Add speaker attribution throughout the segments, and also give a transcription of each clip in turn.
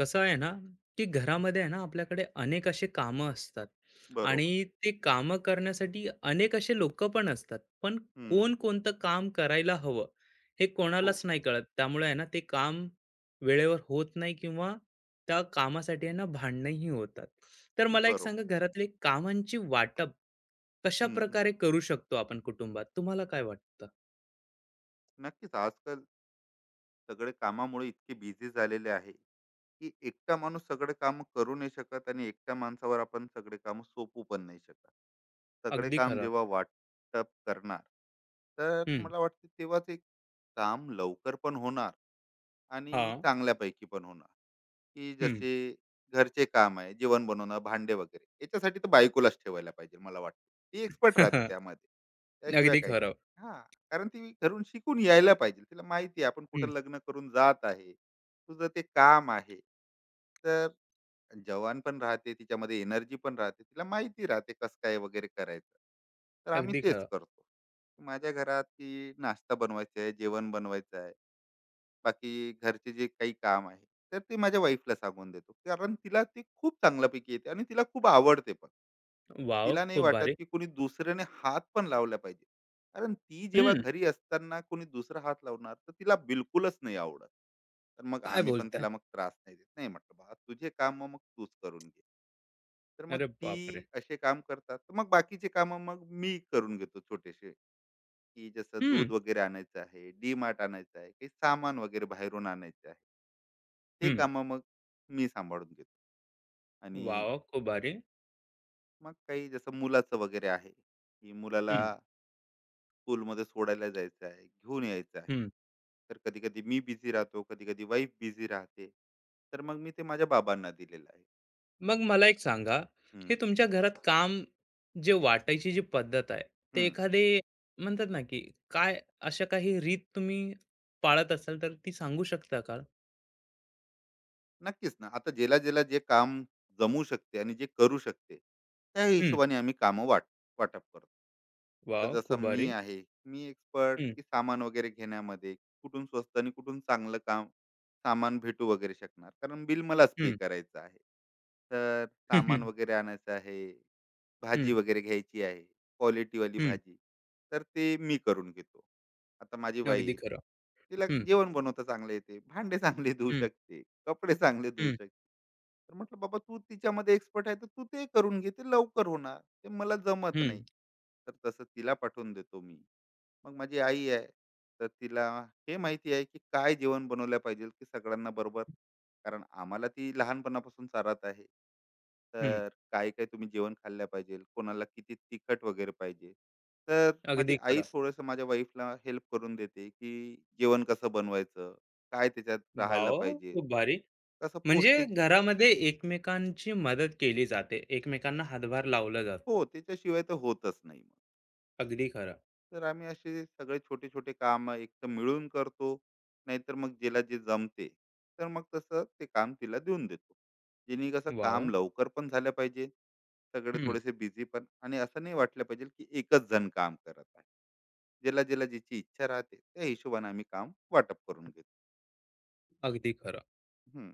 Speaker 1: कसं आहे ना, की घरामध्ये आहे ना, आपल्याकडे अनेक असे कामं असतात
Speaker 2: बरोबर.
Speaker 1: आणि ते कामं करण्यासाठी अनेक असे लोकं पण असतात. पण
Speaker 2: हं.
Speaker 1: कोण कोणतं काम करायला हवं, हे कोणालाच
Speaker 2: हो.
Speaker 1: नाही कळत. त्यामुळे आहे ना, ते काम वेळेवर होत नाही किंवा त्या कामासाठी आहे ना, भांडणंही होतात. तर मला एक
Speaker 2: बरोबर.
Speaker 1: सांगा, घरातली कामांची वाटप
Speaker 2: हं, हं.
Speaker 1: कशाप्रकारे करू शकतो आपण कुटुंबात? तुम्हाला काय वाटतं?
Speaker 2: नक्कीच आजकाल सगळे कामामुळे इतके बिझी झालेले आहे की एकटा माणूस सगळे काम करू नाही शकत आणि एकट्या माणसावर आपण सगळे काम सोपू पण नाही शकत. सगळे
Speaker 1: अगदी
Speaker 2: काम
Speaker 1: खरं.
Speaker 2: जेव्हा वाटप करणार तर
Speaker 1: हं,
Speaker 2: मला वाटते तेव्हाच एक काम लवकर पण होणार आणि
Speaker 1: हां,
Speaker 2: चांगल्यापैकी पण होणार. की
Speaker 1: हं.
Speaker 2: जसे घरचे काम आहे जेवण बनवणं भांडे वगैरे याच्यासाठी तर बायकोलाच ठेवायला पाहिजे मला वाटतं. ती एक्सपर्ट राहते त्यामध्ये. त्याशिवाय
Speaker 1: अगदी
Speaker 2: काही
Speaker 1: खरं.
Speaker 2: नाही हा. कारण ती घरून शिकून यायला पाहिजे. तिला माहिती आहे आपण कुठं लग्न करून जात आहे. तुझं ते काम आहे. तर जवान पण राहते, तिच्यामध्ये एनर्जी पण राहते. तिला माहिती राहते कसं काय वगैरे करायचं. तर आम्ही
Speaker 1: अगदी
Speaker 2: तेच
Speaker 1: खरं.
Speaker 2: करतो. माझ्या घरात की नाश्ता बनवायचा आहे, जेवण बनवायचं आहे. बाकी घरचे जे काही काम आहे, तर ते माझ्या वाईफला सांगून देतो. कारण तिला ते खूप चांगल्यापैकी येते आणि तिला खूप आवडते पण.
Speaker 1: वॉव!
Speaker 2: तिला नाही
Speaker 1: खूप
Speaker 2: वाटत
Speaker 1: भारी.
Speaker 2: की कुणी दुसऱ्याने हात पण लावला पाहिजे. कारण ती जेव्हा
Speaker 1: हं,
Speaker 2: घरी असताना कोणी दुसरा हात लावणार तर तिला बिलकुलच नाही आवडत. तर मग
Speaker 1: काय
Speaker 2: आम्ही पण
Speaker 1: बोलताय?
Speaker 2: तिला मग त्रास नाही देत, नाही म्हटलं बा तुझे काम मग तूच करून घे. तर मग
Speaker 1: अरे बापरे!
Speaker 2: ती असे काम करतात तर मग बाकीचे काम मग मी करून घेतो छोटेसे, की जसं
Speaker 1: हं,
Speaker 2: दूध वगैरे आणायचं आहे, डी मार्ट आणायचं आहे, काही सामान वगैरे बाहेरून आणायचं आहे. ते
Speaker 1: हं.
Speaker 2: काम मग मी सांभाळून घेतो. आणि
Speaker 1: वॉव! खूप भारी.
Speaker 2: मग काही जसं मुलाचं वगैरे आहे की मुलाला
Speaker 1: हं,
Speaker 2: स्कूलमध्ये सोडायला जायचं आहे, घेऊन यायचं आहे.
Speaker 1: हं.
Speaker 2: तर कधी कधी मी बिझी राहतो, कधी कधी वाईफ बिझी राहते. तर मग मी ते माझ्या बाबांना दिलेलं आहे.
Speaker 1: मग मला एक सांगा, हे
Speaker 2: हम्म,
Speaker 1: तुमच्या घरात काम जे वाटायची जी पद्धत आहे, ते
Speaker 2: हम्म.
Speaker 1: एखादे म्हणतात ना, की काय अशा काही रीत तुम्ही पाळत असाल, तर ती सांगू शकता का?
Speaker 2: नक्कीच ना, आता ज्याला ज्याला जे काम जमू शकते आणि जे करू शकते त्या
Speaker 1: हं,
Speaker 2: हिशोबाने आम्ही कामं वाटप करतो. आता
Speaker 1: वॉव! खूप
Speaker 2: जसं मी
Speaker 1: भारी.
Speaker 2: आहे, मी एक्सपर्ट
Speaker 1: हं,
Speaker 2: की सामान वगैरे घेण्यामध्ये. कुठून स्वस्त आणि कुठून चांगलं काम सामान भेटू वगैरे शकणार, कारण बिल मलाच पे
Speaker 1: हं,
Speaker 2: करायचं आहे. तर
Speaker 1: हं,
Speaker 2: सामान
Speaker 1: हं,
Speaker 2: वगैरे आणायचं आहे, भाजी
Speaker 1: हं,
Speaker 2: वगैरे घ्यायची आहे, क्वालिटीवाली भाजी, तर ते मी करून घेतो. आता माझी
Speaker 1: अगदी
Speaker 2: वाईफ,
Speaker 1: खरं.
Speaker 2: तिला
Speaker 1: हं,
Speaker 2: जेवण बनवता चांगलं येते, भांडे चांगले धुवू
Speaker 1: हं,
Speaker 2: शकते, कपडे चांगले धुवू
Speaker 1: हं,
Speaker 2: शकते. तर म्हटलं, "बाबा तू तिच्यामध्ये एक्सपर्ट आहे, तर तू ते करून घे, ते लवकर होणार. ते मला जमत
Speaker 1: हं,
Speaker 2: नाही." तर तसं तिला पाठवून देतो मी. मग माझी आई आहे, तर तिला हे माहिती आहे, की काय जेवण बनवलं पाहिजे, की सगळ्यांना बरोबर. कारण आम्हाला ती लहानपणापासून चारत आहे.
Speaker 1: हं.
Speaker 2: तर काय-काय तुम्ही जेवण खाल्लं पाहिजे, कोणाला किती तिखट वगैरे पाहिजे. तर माझी
Speaker 1: अगदी
Speaker 2: आई
Speaker 1: खरं.
Speaker 2: थोडंसं माझ्या वाईफला हेल्प करून देते, की जेवण कसं बनवायचं? काय त्याच्यात राहायला
Speaker 1: वॉव!
Speaker 2: पाहिजे?
Speaker 1: खूप भारी.
Speaker 2: कसं
Speaker 1: म्हणजे
Speaker 2: पौष्टिक.
Speaker 1: घरामध्ये एकमेकांची मदत केली जाते. एकमेकांना हातभार लावलं जातं.
Speaker 2: हो, त्याच्याशिवाय तर होतच नाही. मग
Speaker 1: अगदी खरं.
Speaker 2: तर आम्ही असे सगळे छोटे-छोटे कामं एकतर मिळून करतो, नाहीतर मग जिला जे जमते, तर मग तसं ते काम तिला देऊन देतो. जेणे कसं काम
Speaker 1: वाह!
Speaker 2: लवकर पण झालं पाहिजे, सगळे
Speaker 1: हं,
Speaker 2: थोडेसे बिझी पण, आणि असं नाही वाटलं पाहिजे की एकच जण काम करत आहे. ज्याला-ज्याला ज्याची इच्छा राहते, त्या हिशोबाने आम्ही काम वाटप करून घेतो.
Speaker 1: अगदी खरं.
Speaker 2: हं.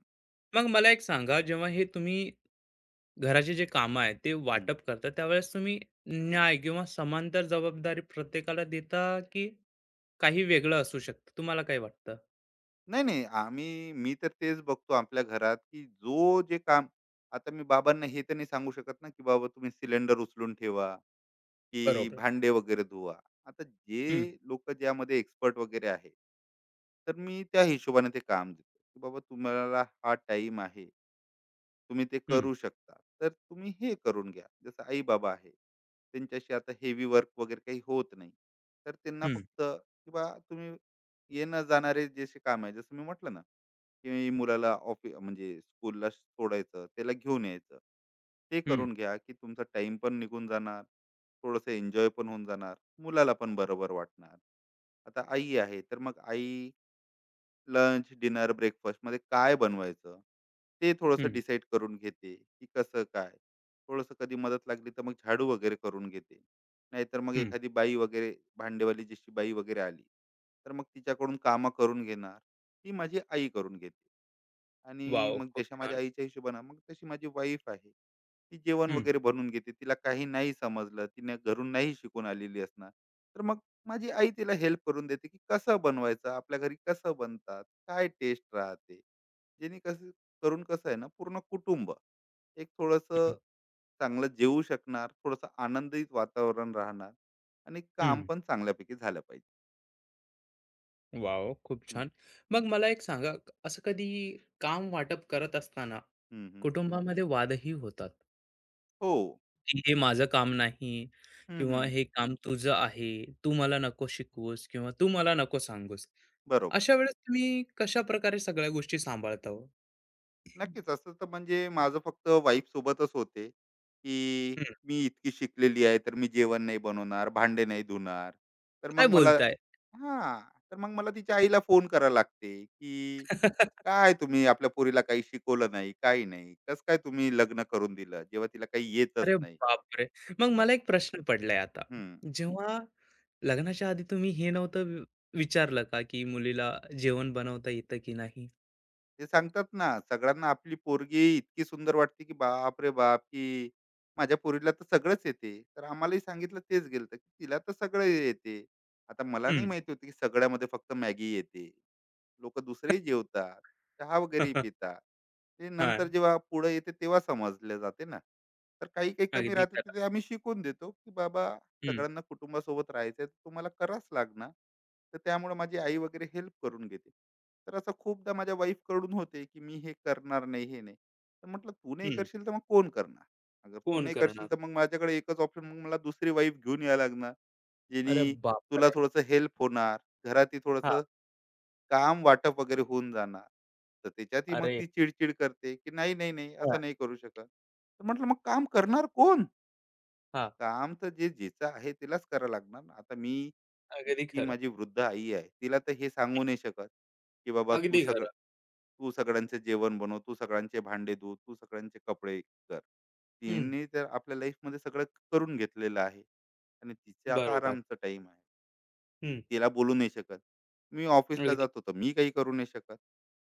Speaker 1: मग मला एक सांगा जेव्हा हे तुम्ही घराचे जे कामं आहेत ते
Speaker 2: हं.
Speaker 1: वाटप करता त्यावेळेस तुम्ही न्याय किंवा समांतर जबाबदारी प्रत्येकाला देता की काही वेगळं असू शकतं? तुम्हाला काय वाटतं?
Speaker 2: नाही, नाही. मी तर तेच बघतो आपल्या घरात, की जो जे काम. आता मी बाबांना हे तर नाही सांगू शकत ना, की बाबा तुम्ही सिलेंडर उचलून ठेवा, की
Speaker 1: बरोबर.
Speaker 2: भांडे वगैरे धुवा. आता
Speaker 1: हं,
Speaker 2: जे लोकं ज्यामध्ये एक्सपर्ट वगैरे आहे, तर मी त्या हिशोबाने ते काम देतो, की बाबा तुम्हाला हा टाईम आहे. तुम्ही ते
Speaker 1: हं,
Speaker 2: करू शकता. तर तुम्ही हे करून घ्या. जसं आई-बाबा आहे, त्यांच्याशी आता हेवी वर्क वगैरे काही होत नाही. तर त्यांना
Speaker 1: हं,
Speaker 2: फक्त, किंवा तुम्ही येणं-जाणारे जसे काम आहे, जसं मी म्हटलं ना, की मुलाला ऑफि म्हणजे स्कूलला सोडायचं, त्याला घेऊन यायचं. ते
Speaker 1: हं,
Speaker 2: करून घ्या, की तुमचा टाईम पण निघून जाणार. थोडंसं एन्जॉय पण होऊन जाणार, मुलाला पण बरोबर वाटणार. आता आई आहे, तर मग आई लंच, डिनर, ब्रेकफास्टमध्ये काय बनवायचं? ते थोडंसं
Speaker 1: हं,
Speaker 2: डिसाईड करून घेते, की कसं काय? थोडंसं कधी मदत लागली तर मग झाडू वगैरे करून घेते. नाहीतर मग
Speaker 1: हं.
Speaker 2: एखादी बाई वगैरे, भांडेवाली जशी बाई वगैरे आली, तर मग तिच्याकडून कामं करून घेणार. ती माझी आई करून घेते. आणि
Speaker 1: वॉव!
Speaker 2: मग
Speaker 1: खूप
Speaker 2: जशा माझ्या
Speaker 1: छान.
Speaker 2: आईच्या हिशोबानं मग तशी माझी वाईफ आहे. ती जेवण
Speaker 1: हं,
Speaker 2: वगैरे बनवून घेते. तिला काही नाही समजलं, तिने घरून नाही शिकून आलेली असणार. तर मग माझी आई तिला हेल्प करून देते, की कसं बनवायचं, आपल्या घरी कसं बनतात, काय टेस्ट राहते. जेणे कसं करून, कसं आहे ना, पूर्ण कुटुंब एक
Speaker 1: हं,
Speaker 2: थोडंसं चांगलं जेवू शकणार, थोडंसं आनंदित वातावरण राहणार, आणि काम
Speaker 1: हं.
Speaker 2: पण चांगल्यापैकी झालं पाहिजे.
Speaker 1: वाव! खूप
Speaker 2: हम्म,
Speaker 1: छान. मग मला एक सांगा, असं कधी काम वाटप करत असताना
Speaker 2: हम्म, हम्म.
Speaker 1: कुटुंबामध्ये वादही होतात,
Speaker 2: हो.
Speaker 1: की "हे माझं काम नाही"
Speaker 2: हम्म,
Speaker 1: किंवा
Speaker 2: हम्म.
Speaker 1: "हे काम तुझं आहे, तू मला नको शिकवूस" किंवा "तू मला नको सांगूस."
Speaker 2: बरोबर.
Speaker 1: अशा वेळेस तुम्ही कशाप्रकारे सगळ्या गोष्टी सांभाळता हो?
Speaker 2: नक्कीच. असं तर म्हणजे माझं फक्त वाईफ सोबतच होते, की
Speaker 1: हं,
Speaker 2: मी इतकी शिकलेली आहे, तर मी जेवण नाही बनवणार, भांडे नाही धुणार. तर
Speaker 1: काय
Speaker 2: मग मला,
Speaker 1: बोलताय?
Speaker 2: हां. तर मग मला तिच्या आईला फोन करा लागते, की "काय तुम्ही आपल्या पोरीला काही शिकवलं नाही, काही नाही. कसं काय तुम्ही लग्न करून दिलं, जेव्हा तिला काही येतच
Speaker 1: अरे
Speaker 2: नाही." तर
Speaker 1: बापरे! मग
Speaker 2: मग
Speaker 1: मला एक प्रश्न पडलाय आता.
Speaker 2: हं.
Speaker 1: जेव्हा लग्नाच्या आधी तुम्ही हे नव्हतं विचारलं का, की मुलीला जेवण बनवता येतं की नाही?
Speaker 2: ते सांगतात ना सगळ्यांना, आपली पोरगी इतकी सुंदर वाटते की बाप रे बाप, की माझ्या पोरीला तर सगळंच येते. तर आम्हालाही सांगितलं तेच गेलं, की तिला तर सगळं येते. आता मला नाही
Speaker 1: हं.
Speaker 2: माहिती होती, की सगळ्यामध्ये फक्त मॅगी येते. लोक दुसरेही जेवतात, चहा वगैरे पितात. ते नंतर
Speaker 1: हां,
Speaker 2: जेव्हा पुढे येते तेव्हा समजले जाते ना. तर काही काही कमी
Speaker 1: अगदी
Speaker 2: राहते ते
Speaker 1: खरं.
Speaker 2: ते आम्ही शिकून देतो, की बाबा
Speaker 1: हं,
Speaker 2: सगळ्यांना कुटुंबासोबत राहायचं आहे, तुम्हाला करावंच लागणार. तर त्यामुळे माझी आई वगैरे हेल्प करून घेते. तर असं खूपदा माझ्या वाईफ कडून होते, की मी हे करणार नाही, हे नाही. तर म्हटलं, तू नाही
Speaker 1: हं.
Speaker 2: करशील तर मग कोण करणार? अगर तू
Speaker 1: कोण
Speaker 2: नाही
Speaker 1: करणार?
Speaker 2: करशील तर मग माझ्याकडे एकच ऑप्शन, मग मला दुसरी वाईफ घेऊन यायला लागणार.
Speaker 1: अरे
Speaker 2: जेणे तुला
Speaker 1: बापरे!
Speaker 2: थोडंसं हेल्प होणार, घरातही
Speaker 1: हां,
Speaker 2: थोडंसं काम वाटप वगैरे होऊन जाणार. तर त्याच्यातही मग
Speaker 1: अरे
Speaker 2: ती चिड करते, की "नाही, नाही, नाही,
Speaker 1: हां,
Speaker 2: असं नाही करू शकत." तर म्हटलं, "मग काम करणार कोण?
Speaker 1: हां.
Speaker 2: काम तर जे ज्याचं आहे त्यालाच करावं लागणार ना." आता मी
Speaker 1: अगदी
Speaker 2: इतकी
Speaker 1: खरं,
Speaker 2: माझी वृद्ध आई आहे, तिला तर हे सांगू नाही शकत, की "बाबा
Speaker 1: अगदी खरं.
Speaker 2: तू सगळ्यांचं जेवण बनव, तू सगळ्यांचे भांडे धु, तू सगळ्यांचे कपडे कर."
Speaker 1: हं,
Speaker 2: तिने तर आपल्या लाईफमध्ये सगळं करून घेतलेलं आहे, आणि तिचं आता
Speaker 1: बरोबर.
Speaker 2: आरामचा टाईम आहे.
Speaker 1: हं,
Speaker 2: तिला बोलू नाही शकत. मी ऑफिसला
Speaker 1: अगदी.
Speaker 2: जातो तर मी काही करू नाही शकत.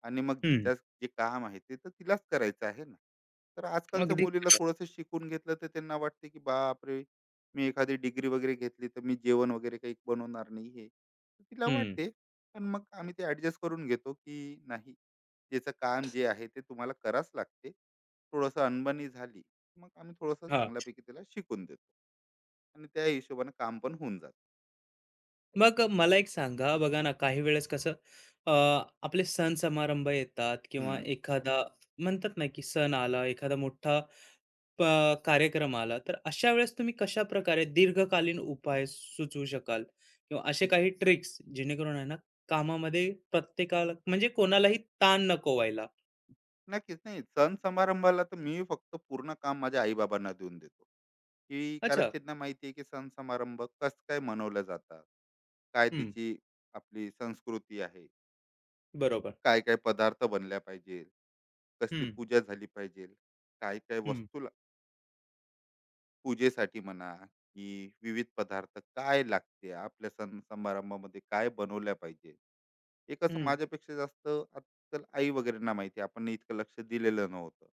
Speaker 2: आणि मग
Speaker 1: हं,
Speaker 2: जिच्या जे काम आहे ते तर तिलाच करायचं आहे ना. तर आजकालच्या
Speaker 1: अगदी.
Speaker 2: मुलीला थोडंसं शिकून घेतलं तर त्यांना वाटते, की बापरे! मी एखादी डिग्री वगैरे घेतली तर मी जेवण वगैरे काही बनवणार नाही हे. तिला
Speaker 1: हं,
Speaker 2: वाटते. पण मग आम्ही ते ॲडजस्ट करून घेतो, की नाही त्याचं काम जे आहे ते तुम्हाला करावंच लागते. थोडंसं अनबनी झाली, मग आम्ही थोडंसं
Speaker 1: हां.
Speaker 2: चांगल्यापैकी तिला शिकून देतो. आणि त्या हिशोबाने काम पण होऊन जातं.
Speaker 1: मग मला एक सांगा, बघा ना, काही वेळेस कसं अ, आपले सण समारंभ येतात किंवा एखादा म्हणतात ना, की सण आला, एखादा मोठा कार्यक्रम आला तर अशा वेळेस तुम्ही कशा प्रकारे दीर्घकालीन उपाय सुचवू शकाल किंवा असे काही ट्रिक्स जेणेकरून आहे ना कामामध्ये प्रत्येकाला म्हणजे कोणालाही ताण नको व्हायला.
Speaker 2: नक्कीच. नाही, सण समारंभाला तर मी फक्त पूर्ण काम माझ्या आई-बाबांना देऊन देतो, की कारण
Speaker 1: अच्छा.
Speaker 2: त्यांना माहिती आहे, की सण समारंभ कसं काय मनवलं जातात. काय
Speaker 1: हम्म.
Speaker 2: त्याची आपली संस्कृती आहे.
Speaker 1: बरोबर.
Speaker 2: काय-काय पदार्थ बनल्या पाहिजे. कसली
Speaker 1: हम्म.
Speaker 2: पूजा झाली पाहिजे. काय-काय
Speaker 1: हम्म.
Speaker 2: वस्तू पूजेसाठी म्हणा, की विविध पदार्थ काय लागते, आपल्या सण समारंभामध्ये काय बनवल्या पाहिजे. एक असं
Speaker 1: हम्म.
Speaker 2: माझ्यापेक्षा जास्त आजकाल आई वगैरेंना माहिती, आपण इतकं लक्ष दिलेलं नव्हतं.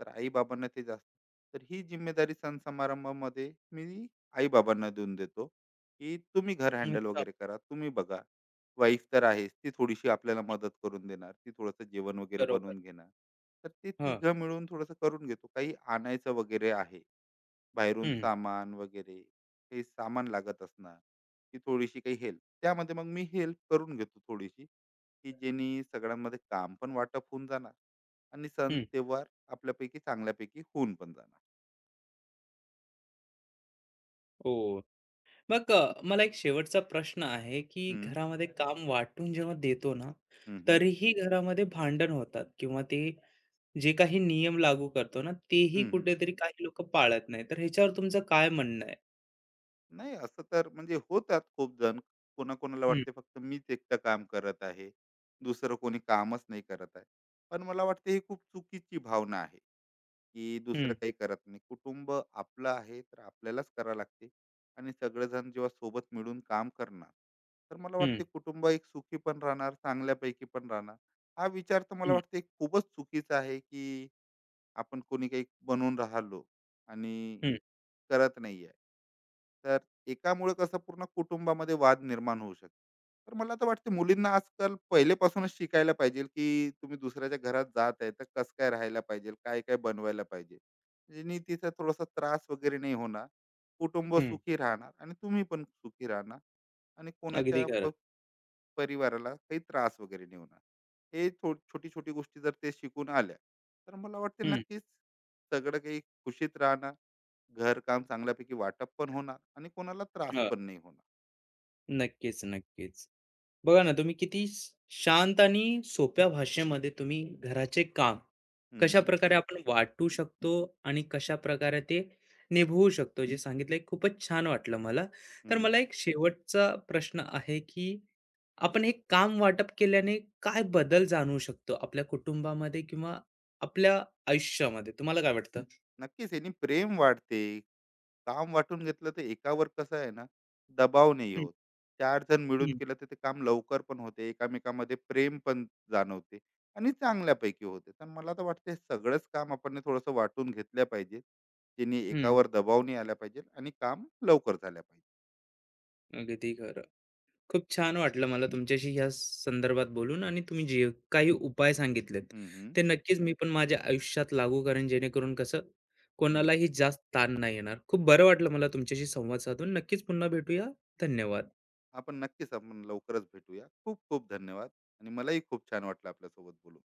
Speaker 2: तर आई बाबांना ते जास्त. तर ही जिम्मेदारी सण समारंभामध्ये मी आई बाबांना देऊन देतो, की तुम्ही घर हँडल
Speaker 1: अच्छा.
Speaker 2: वगैरे करा, तुम्ही बघा. वाईफ तर आहेच, ती थोडीशी आपल्याला मदत करून देणार, ती थोडंसं जेवण वगैरे
Speaker 1: बरोबर.
Speaker 2: बनवून घेणार. तर ते
Speaker 1: हा.
Speaker 2: तिघं मिळून थोडंसं करून घेतो. काही आणायचं वगैरे आहे, बाहेरून
Speaker 1: हम्म.
Speaker 2: सामान वगैरे, काही सामान लागत असणार, की थोडीशी काही हेल्प त्यामध्ये, मग मी हेल्प करून घेतो थोडीशी. की जेणे सगळ्यांमध्ये काम पण वाटप होऊन जाणार, आणि सण
Speaker 1: हम्म.
Speaker 2: तेव्हार आपल्यापैकी चांगल्यापैकी होऊन पण जाणार.
Speaker 1: ओ. मग मला एक शेवटचा प्रश्न आहे की
Speaker 2: हम्म,
Speaker 1: घरामध्ये काम वाटून जेव्हा देतो ना
Speaker 2: हम्म, हम्म,
Speaker 1: तरीही घरामध्ये भांडण होतात किंवा ते जे काही नियम लागू करतो ना, तेही
Speaker 2: हम्म, हम्म.
Speaker 1: कुठेतरी काही लोकं पाळत नाही. तर ह्याच्यावर तुमचं काय म्हणणं आहे?
Speaker 2: नाही, असं तर म्हणजे होतात खूप जण, कोणाकोणाला
Speaker 1: हं,
Speaker 2: वाटते फक्त मीच एकटं काम करत आहे, दुसरं कोणी कामच नाही करत आहे. पण मला वाटते ही खूप चुकीची भावना आहे, की दुसरं
Speaker 1: हं,
Speaker 2: काही करत नाही. कुटुंब आपलं आहे तर आपल्यालाच करावं लागते, आणि सगळेजण जेव्हा सोबत मिळून काम करणार, तर मला
Speaker 1: हं,
Speaker 2: वाटते कुटुंब एक सुखी पण राहणार, चांगल्यापैकी पण राहणार. हा विचार तर मला
Speaker 1: हं,
Speaker 2: वाटते खूपच चुकीचा आहे, की आपण कोणी काही बनून राहिलो आणि
Speaker 1: हं,
Speaker 2: करत नाही आहे, तर एकामुळे कसं पूर्ण कुटुंबामध्ये वाद निर्माण होऊ शकतो. तर मला तर वाटते मुलींना आजकाल पहिलेपासूनच शिकायला पाहिजे, की तुम्ही दुसऱ्याच्या घरात जात आहे तर कसं काय राहायला पाहिजे, काय काय बनवायला पाहिजे. जेणे तिचा थोडासा त्रास वगैरे नाही होणार, कुटुंब
Speaker 1: हं.
Speaker 2: सुखी राहणार आणि तुम्ही पण सुखी राहणार. आणि
Speaker 1: अगदी खरं.
Speaker 2: परिवाराला काही त्रास वगैरे नाही होणार. हे छोटी छोटी गोष्टी जर ते शिकून आल्या तर मला वाटते
Speaker 1: हं,
Speaker 2: नक्कीच सगळं काही खुशीत राहणार, घर काम चांगल्यापैकी वाटप पण होणार, आणि कोणाला त्रास
Speaker 1: हां.
Speaker 2: पण नाही होणार.
Speaker 1: नक्कीच, नक्कीच. बघा ना, तुम्ही किती शांत आणि सोप्या भाषेमध्ये तुम्ही घराचे काम
Speaker 2: हम्म,
Speaker 1: कशाप्रकारे आपण वाटू शकतो आणि कशाप्रकारे ते निभवू शकतो जे सांगितलंय खूपच छान वाटलं मला. तर मला
Speaker 2: हम्म.
Speaker 1: एक शेवटचा प्रश्न आहे, की आपण हे काम वाटप केल्याने काय बदल जाणवू शकतो आपल्या कुटुंबामध्ये किंवा आपल्या आयुष्यामध्ये तुम्हाला काय वाटतं?
Speaker 2: नक्कीच यांनी प्रेम वाढते. काम वाटून घेतलं तर एकावर कसं आहे ना, दबाव नाही
Speaker 1: हं.
Speaker 2: होत. चार जण
Speaker 1: हं,
Speaker 2: मिळून
Speaker 1: हं,
Speaker 2: केलं तर ते काम लवकर पण होते, एकामेकामध्ये प्रेम पण जाणवते, आणि चांगल्यापैकी होते. तर मला तर वाटते हे सगळंच काम आपण थोडंसं वाटून घेतल्या पाहिजे, जेणे एकावर दबाव नाही आला पाहिजे आणि काम लवकर झाल्या पाहिजे.
Speaker 1: अगदी खरं. खूप छान वाटलं मला तुमच्याशी ह्या संदर्भात बोलून आणि तुम्ही जे काही उपाय सांगितलेत
Speaker 2: हम्म, हम्म,
Speaker 1: ते नक्कीच मी पण माझ्या आयुष्यात लागू करेन जेणेकरून कसं
Speaker 2: हम्म.
Speaker 1: कोणालाही जास्त ताण नाही येणार. खूप बरं वाटलं मला तुमच्याशी संवाद साधून. नक्कीच पुन्हा भेटूया. धन्यवाद.
Speaker 2: आपण नक्कीच लवकरच भेटूया. खूप खूप धन्यवाद. आणि मलाही खूप छान वाटलं आपल्यासोबत बोलून.